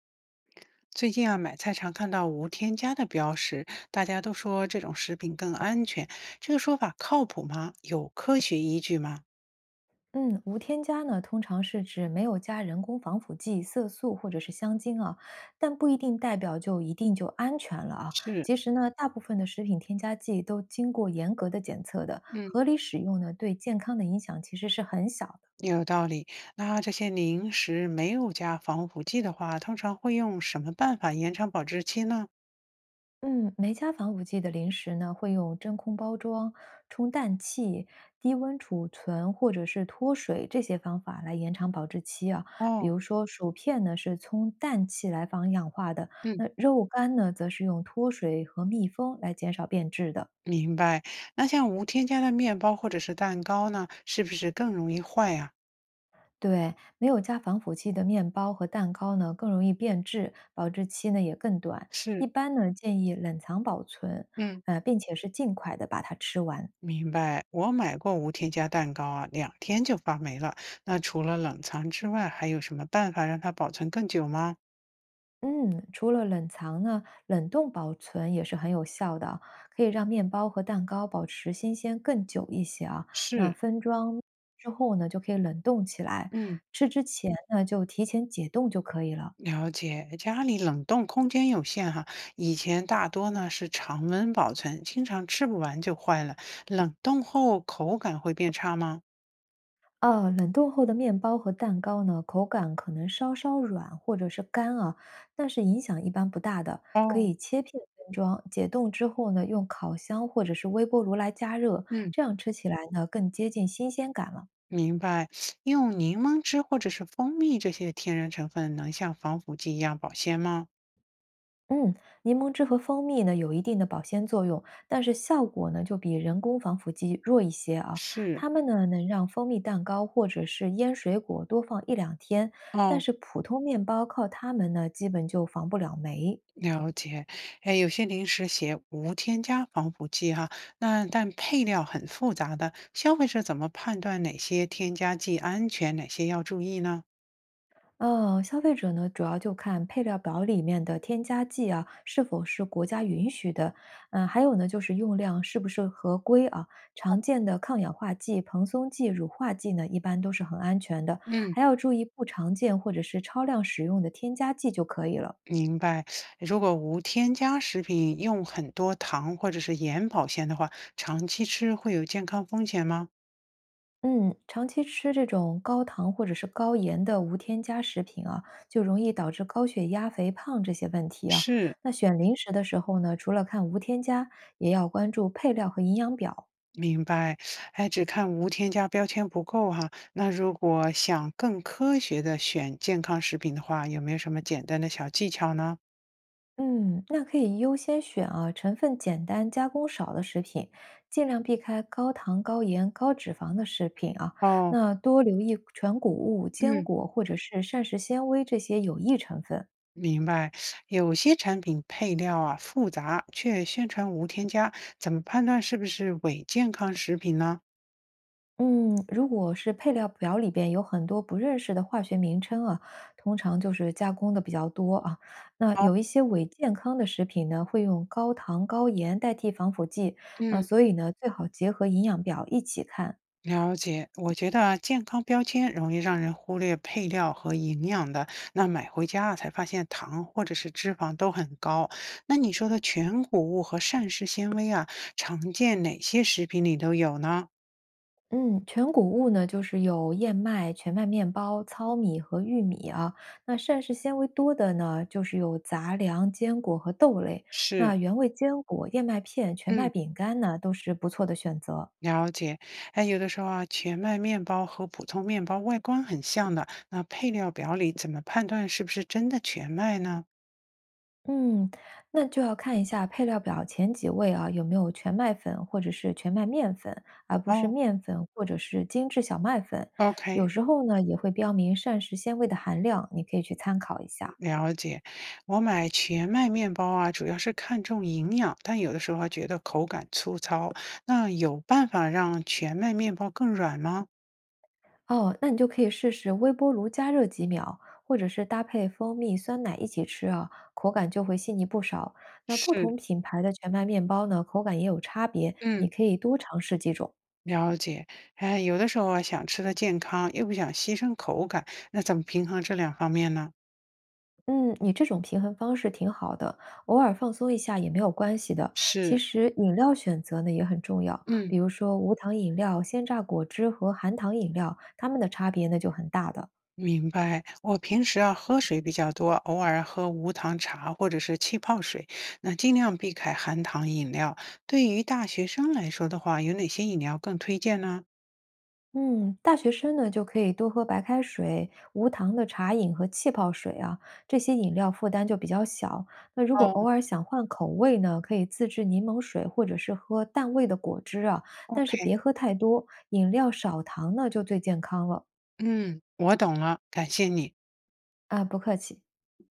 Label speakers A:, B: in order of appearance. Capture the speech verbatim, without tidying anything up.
A: 最近啊，买菜常看到无添加的标识，大家都说这种食品更安全。这个说法靠谱吗？有科学依据吗？
B: 嗯，无添加呢，通常是指没有加人工防腐剂、色素或者是香精啊，但不一定代表就一定就安全了啊。
A: 是，
B: 其实呢，大部分的食品添加剂都经过严格的检测的，
A: 嗯，
B: 合理使用呢，对健康的影响其实是很小的。
A: 有道理。那这些零食没有加防腐剂的话，通常会用什么办法延长保质期呢？
B: 嗯，没加防腐剂的零食呢，会用真空包装、充氮气、低温储存或者是脱水这些方法来延长保质期啊。比
A: 哦，
B: 如说薯片呢是充氮气来防氧化的，
A: 嗯，
B: 那肉干呢则是用脱水和密封来减少变质的。
A: 明白。那像无添加的面包或者是蛋糕呢，是不是更容易坏呀？
B: 对，没有加防腐剂的面包和蛋糕呢，更容易变质，保质期呢也更短。一
A: 是，
B: 般呢建议冷藏保存，
A: 嗯。
B: 呃，并且是尽快的把它吃完。
A: 明白，我买过无添加蛋糕啊，两天就发霉了。那除了冷藏之外，还有什么办法让它保存更久吗？
B: 嗯，除了冷藏呢，冷冻保存也是很有效的啊，可以让面包和蛋糕保持新鲜更久一些啊。那
A: 是，
B: 分装之后呢，就可以冷冻起来，
A: 嗯，
B: 吃之前呢就提前解冻就可以了。
A: 了解。家里冷冻空间有限哈，以前大多呢是常温保存，经常吃不完就坏了。冷冻后口感会变差吗？
B: 啊。冷冻后的面包和蛋糕呢，口感可能稍稍软或者是干啊，但是影响一般不大的，可
A: 哦，
B: 以切片分装。解冻之后呢，用烤箱或者是微波炉来加热，
A: 嗯，
B: 这样吃起来呢更接近新鲜感了。
A: 明白。用柠檬汁或者是蜂蜜这些天然成分，能像防腐剂一样保鲜吗？
B: 嗯，柠檬汁和蜂蜜呢有一定的保鲜作用，但是效果呢就比人工防腐剂弱一些啊。
A: 是，
B: 它们呢能让蜂蜜蛋糕或者是腌水果多放一两天，但
A: 哦，
B: 是普通面包靠它们呢基本就防不了霉。
A: 了解，哎，有些零食写无添加防腐剂哈，那但配料很复杂的，消费者怎么判断哪些添加剂安全，哪些要注意呢？
B: 呃，消费者呢，主要就看配料表里面的添加剂啊，是否是国家允许的。嗯、还有呢，就是用量是不是合规啊？常见的抗氧化剂、蓬松剂、乳化剂呢，一般都是很安全的。
A: 嗯，
B: 还要注意不常见或者是超量使用的添加剂就可以了。
A: 明白。如果无添加食品用很多糖或者是盐保鲜的话，长期吃会有健康风险吗？
B: 嗯，长期吃这种高糖或者是高盐的无添加食品啊，就容易导致高血压、肥胖这些问题啊。
A: 是，
B: 那选零食的时候呢，除了看无添加，也要关注配料和营养表。
A: 明白。哎，只看无添加标签不够哈。那如果想更科学的选健康食品的话，有没有什么简单的小技巧呢？
B: 嗯，那可以优先选啊成分简单、加工少的食品，尽量避开高糖、高盐、高脂肪的食品啊。
A: 哦，
B: 那多留意全谷物、坚
A: 嗯，
B: 果或者是膳食纤维这些有益成分。
A: 明白。有些产品配料啊复杂，却宣传无添加，怎么判断是不是伪健康食品呢？
B: 嗯，如果是配料表里边有很多不认识的化学名称啊，通常就是加工的比较多啊。那
A: 哦，
B: 有一些伪健康的食品呢，会用高糖高盐代替防腐剂，那
A: 嗯，
B: 所以呢，最好结合营养表一起看。
A: 了解，我觉得啊健康标签容易让人忽略配料和营养的，那买回家啊才发现糖或者是脂肪都很高。那你说的全谷物和膳食纤维啊，常见哪些食品里都有呢？
B: 嗯，全谷物呢，就是有燕麦、全麦面包、糙米和玉米啊。那膳食纤维多的呢，就是有杂粮、坚果和豆类。那
A: 是，
B: 原味坚果、燕麦片、全麦
A: 嗯。
B: 饼干呢，都是不错的选择。
A: 了解，哎，有的时候啊，全麦面包和普通面包外观很像的，那配料表里怎么判断是不是真的全麦呢？
B: 嗯，那就要看一下配料表前几位啊，有没有全麦粉或者是全麦面粉，而不是
A: 哦
B: 面粉或者是精致小麦粉。有
A: ，OK，
B: 时候呢，也会标明膳食纤维的含量，你可以去参考一下。
A: 了解。我买全麦面包啊，主要是看重营养，但有的时候还觉得口感粗糙。那有办法让全麦面包更软吗？
B: 哦，那你就可以试试微波炉加热几秒，或者是搭配蜂蜜酸奶一起吃啊，口感就会细腻不少。那不
A: 是，
B: 同品牌的全麦面包呢，口感也有差别，你
A: 嗯，
B: 可以多尝试几种。
A: 了解。哎，有的时候啊，想吃的健康，又不想牺牲口感，那怎么平衡这两方面呢？
B: 嗯，你这种平衡方式挺好的，偶尔放松一下也没有关系的。其
A: 是，
B: 实饮料选择呢也很重要，
A: 嗯。
B: 比如说无糖饮料、鲜榨果汁和含糖饮料，它们的差别呢就很大的。
A: 明白，我平时啊喝水比较多，偶尔喝无糖茶或者是气泡水，那尽量避开含糖饮料。对于大学生来说的话，有哪些饮料更推荐呢？
B: 嗯，大学生呢就可以多喝白开水、无糖的茶饮和气泡水啊，这些饮料负担就比较小。那如果
A: 哦
B: 偶尔想换口味呢，可以自制柠檬水或者是喝淡味的果汁啊，但是
A: ，OK，
B: 别喝太多，饮料少糖呢就最健康了。
A: 嗯，我懂了，感谢你。
B: 啊，不客气。